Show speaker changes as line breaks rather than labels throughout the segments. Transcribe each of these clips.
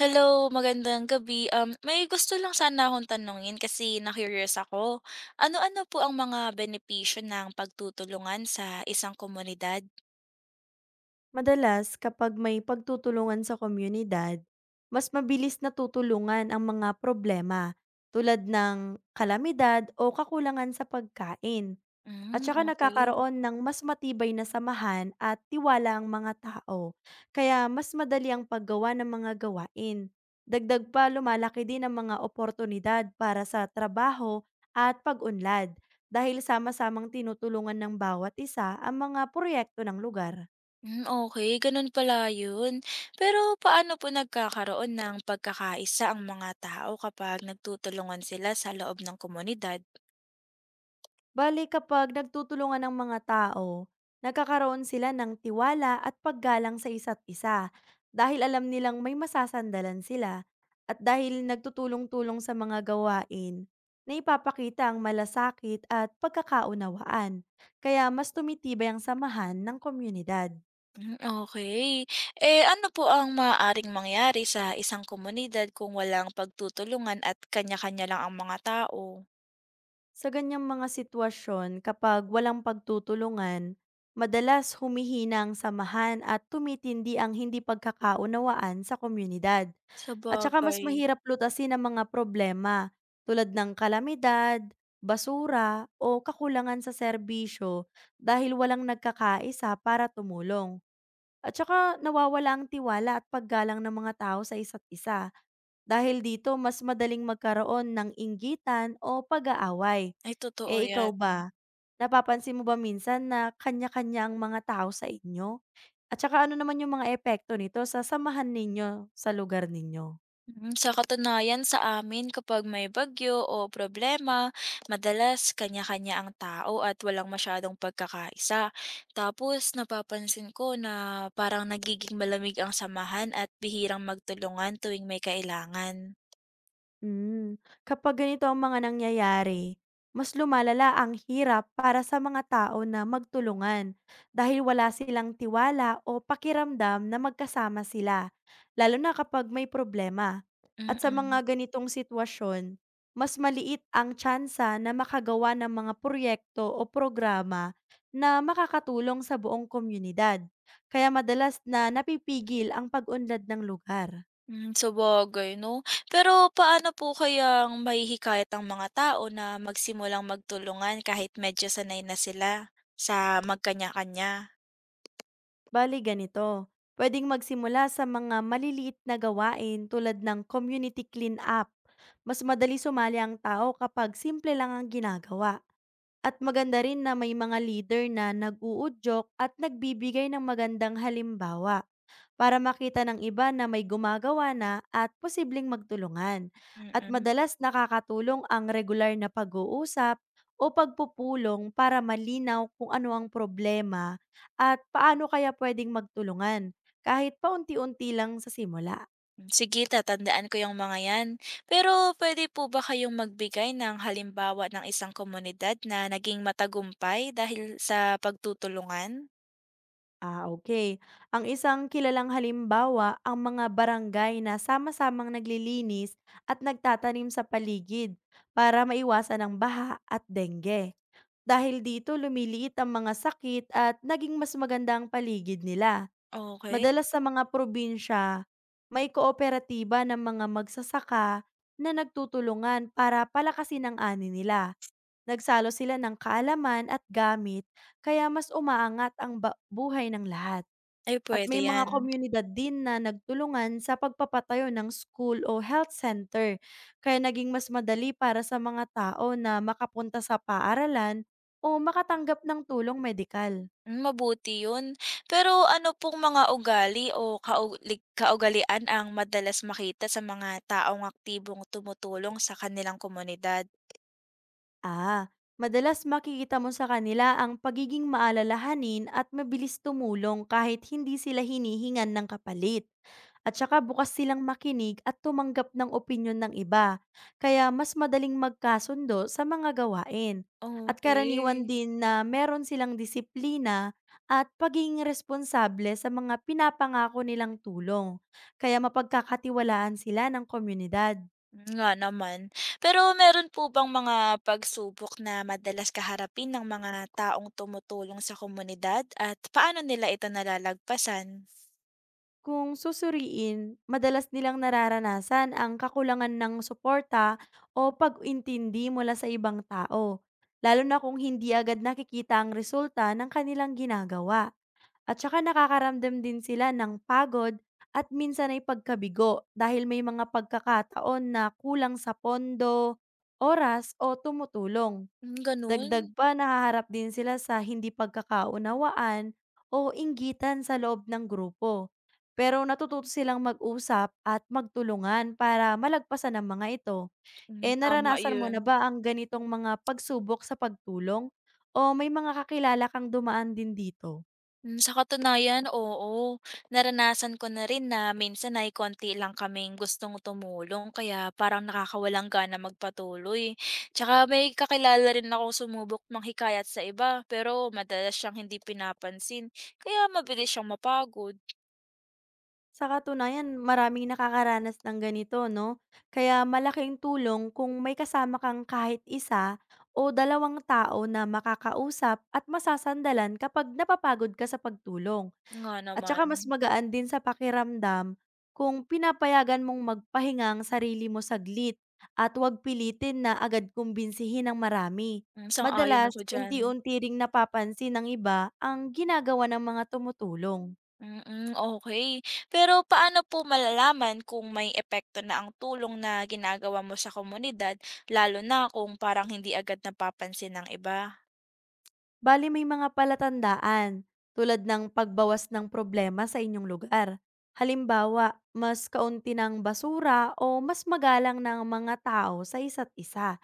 Hello, magandang gabi. May gusto lang sana akong tanungin kasi na-curious ako. Ano-ano po ang mga benepisyo ng pagtutulungan sa isang komunidad?
Madalas kapag may pagtutulungan sa komunidad, mas mabilis natutulungan ang mga problema tulad ng kalamidad o kakulangan sa pagkain, at
Hmm,
saka
okay.
nagkakaroon ng mas matibay na samahan at tiwala ang mga tao. Kaya mas madali ang paggawa ng mga gawain. Dagdag pa, lumalaki din ang mga oportunidad para sa trabaho at pag-unlad dahil sama-samang tinutulungan ng bawat isa ang mga proyekto ng lugar.
Hmm, okay, ganun pala yun. Pero paano po nagkakaroon ng pagkakaisa ang mga tao kapag nagtutulungan sila sa loob ng komunidad?
Bale kapag nagtutulungan ang mga tao, nagkakaroon sila ng tiwala at paggalang sa isa't isa dahil alam nilang may masasandalan sila, at dahil nagtutulong-tulong sa mga gawain na ipapakita ang malasakit at pagkakaunawaan. Kaya mas tumitibay ang samahan ng komunidad.
Hmm, okay. Eh, ano po ang maaaring mangyari sa isang komunidad kung walang pagtutulungan at kanya-kanya lang ang mga tao?
Sa ganyang mga sitwasyon, kapag walang pagtutulungan, madalas humihina ang samahan at tumitindi ang hindi pagkakaunawaan sa komunidad. At saka mas
Sabagay.
mahirap lutasin ang mga problema tulad ng kalamidad, basura, o kakulangan sa serbisyo dahil walang nagkakaisa para tumulong. At saka nawawala ang tiwala at paggalang ng mga tao sa isa't isa. Dahil dito, mas madaling magkaroon ng inggitan o pag-aaway.
Ay totoo
Eh ikaw
'yan.
ba? Napapansin mo ba minsan na kanya-kanya ang mga tao sa inyo? At saka ano naman yung mga epekto nito sa samahan ninyo sa lugar ninyo?
Mm, sa katunayan sa amin kapag may bagyo o problema, madalas kanya-kanya ang tao at walang masyadong pagkakaisa. Tapos napapansin ko na parang nagiging malamig ang samahan at bihirang magtulungan tuwing may kailangan.
Hmm, kapag ganito ang mga nangyayari, mas lumalala ang hirap para sa mga tao na magtulungan dahil wala silang tiwala o pakiramdam na magkasama sila, lalo na kapag may problema.
Mm-mm.
At sa
Mm.
mga ganitong sitwasyon, mas maliit ang tsansa na makagawa ng mga proyekto o programa na makakatulong sa buong komunidad. Kaya madalas na napipigil ang pag-unlad ng lugar.
Hmm, sabagay 'no. Pero paano po kayang mahihikayat ang mga tao na magsimulang magtulungan kahit medyo sanay na sila sa magkanya-kanya?
Bali ganito, pwedeng magsimula sa mga maliliit na gawain tulad ng community clean up. Mas madali sumali ang tao kapag simple lang ang ginagawa. At maganda rin na may mga leader na nag-uudyok at nagbibigay ng magandang halimbawa para makita ng iba na may gumagawa na at posibleng magtulungan. At
Mm.
madalas nakakatulong ang regular na pag-uusap o pagpupulong para malinaw kung ano ang problema at paano kaya pwedeng magtulungan kahit paunti-unti lang sa simula.
Sige, tatandaan ko yung mga 'yan. Pero pwede po ba kayong magbigay ng halimbawa ng isang komunidad na naging matagumpay dahil sa pagtutulungan?
Ah, okay. Ang isang kilalang halimbawa ang mga barangay na sama-samang naglilinis at nagtatanim sa paligid para maiwasan ang baha at dengue. Dahil dito, lumiliit ang mga sakit at naging mas maganda ang paligid nila.
Okay.
Madalas sa mga probinsya, may kooperatiba ng mga magsasaka na nagtutulungan para palakasin ang ani nila. Nagsalo sila ng kaalaman at gamit, kaya mas umaangat ang ba buhay ng lahat.
Ay,
At
pwede
may
'yan.
mga komunidad din na nagtulungan sa pagpapatayo ng school o health center, kaya naging mas madali para sa mga tao na makapunta sa paaralan o makatanggap ng tulong medikal.
Hmm, mabuti 'yun. Pero ano pong mga ugali o kaulig kaugalian ang madalas makita sa mga taong aktibong tumutulong sa kanilang komunidad?
Ah, madalas makikita mo sa kanila ang pagiging maalalahanin at mabilis tumulong kahit hindi sila hinihingan ng kapalit. At saka bukas silang makinig at tumanggap ng opinyon ng iba, kaya mas madaling magkasundo sa mga gawain. At karaniwan
Okay.
din na meron silang disiplina at pagiging responsable sa mga pinapangako nilang tulong, kaya mapagkakatiwalaan sila ng komunidad.
Hmm, nga naman. Pero meron po bang mga pagsubok na madalas kaharapin ng mga taong tumutulong sa komunidad at paano nila ito nalalagpasan?
Kung susuriin, madalas nilang nararanasan ang kakulangan ng suporta o pag-intindi mula sa ibang tao, lalo na kung hindi agad nakikita ang resulta ng kanilang ginagawa. At saka nakakaramdam din sila ng pagod at minsan ay pagkabigo dahil may mga pagkakataon na kulang sa pondo, oras o tumutulong.
Hmm,
Dagdag
ganun?
pa, nahaharap din sila sa hindi pagkakaunawaan o inggitan sa loob ng grupo. Pero natututo silang mag-usap at magtulungan para malagpasan ang mga ito.
Hmm,
Eh
tama
naranasan mo na
yun.
ba ang ganitong mga pagsubok sa pagtulong, o may mga kakilala kang dumaan din dito?
Hmm, sa katunayan, oo. Naranasan ko na rin na minsan ay konti lang kaming gustong tumulong kaya parang nakakawalang gana magpatuloy. Tsaka may kakilala rin ako sumubok manghikayat sa iba pero madalas siyang hindi pinapansin kaya mabilis siyang mapagod.
Sa katunayan, maraming nakakaranas ng ganito, no? Kaya malaking tulong kung may kasama kang kahit isa o dalawang tao na makakausap at masasandalan kapag napapagod ka sa pagtulong.
Nga
At
naman.
saka mas magaan din sa pakiramdam kung pinapayagan mong magpahinga ang sarili mo saglit at huwag pilitin na agad kumbinsihin ng marami.
Hmm, sang-ayon
Madalas,
ako diyan.
unti-unti ring napapansin ng iba ang ginagawa ng mga tumutulong.
Mm, okey. Pero paano po malalaman kung may epekto na ang tulong na ginagawa mo sa komunidad, lalo na kung parang hindi agad napapansin ng iba?
Bali may mga palatandaan, tulad ng pagbawas ng problema sa inyong lugar. Halimbawa, mas kaunti ng basura o mas magalang ng mga tao sa isa't isa.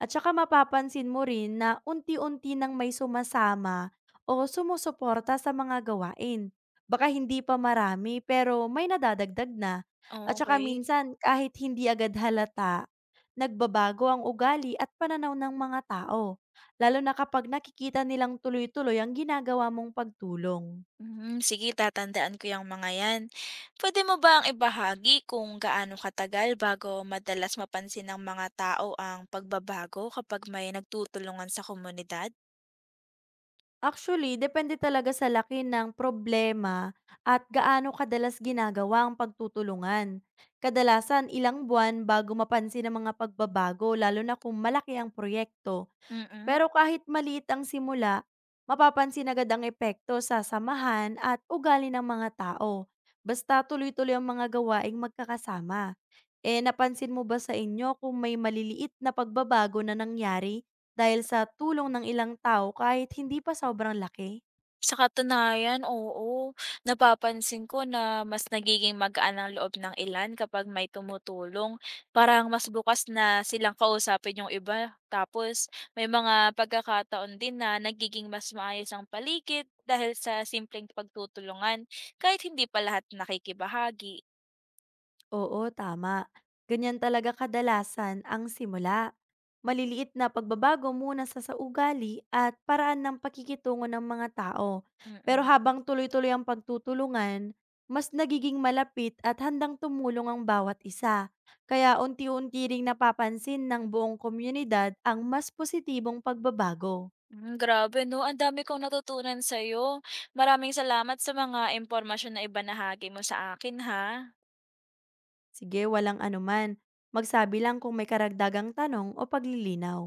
At saka mapapansin mo rin na unti-unti nang may sumasama o sumusuporta sa mga gawain. Baka hindi pa marami, pero may nadadagdag na.
Oh,
At saka
okay.
minsan kahit hindi agad halata, nagbabago ang ugali at pananaw ng mga tao, lalo na kapag nakikita nilang tuloy-tuloy ang ginagawa mong pagtulong.
Hmm, sige, tatandaan ko yung mga 'yan. Pwede mo bang ibahagi kung gaano katagal bago madalas mapansin ng mga tao ang pagbabago kapag may nagtutulungan sa komunidad?
Actually, depende talaga sa laki ng problema at gaano kadalas ginagawa ang pagtutulungan. Kadalasan, ilang buwan bago mapansin ang mga pagbabago, lalo na kung malaki ang proyekto.
Mm.
Pero kahit maliit ang simula, mapapansin agad ang epekto sa samahan at ugali ng mga tao, basta tuloy-tuloy ang mga gawaing magkakasama. Eh napansin mo ba sa inyo kung may maliliit na pagbabago na nangyari dahil sa tulong ng ilang tao kahit hindi pa sobrang laki?
Sa katunayan, oo. Napapansin ko na mas nagiging magaan ang loob ng ilan kapag may tumutulong. Parang mas bukas na silang kausapin yung iba. Tapos may mga pagkakataon din na nagiging mas maayos ang paligid dahil sa simpleng pagtutulungan kahit hindi pa lahat nakikibahagi.
Oo, tama. Ganyan talaga kadalasan ang simula. Maliliit na pagbabago muna sa ugali at paraan ng pakikitungo ng mga tao. Pero
Mm-mm.
habang tuloy-tuloy ang pagtutulungan, mas nagiging malapit at handang tumulong ang bawat isa. Kaya unti-unti ring napapansin ng buong komunidad ang mas positibong pagbabago.
Mm, grabe no, ang dami kong natutunan sa'yo. Maraming salamat sa mga impormasyon na ibinahagi mo sa akin ha.
Sige, walang anuman. Magsabi lang kung may karagdagang tanong o paglilinaw.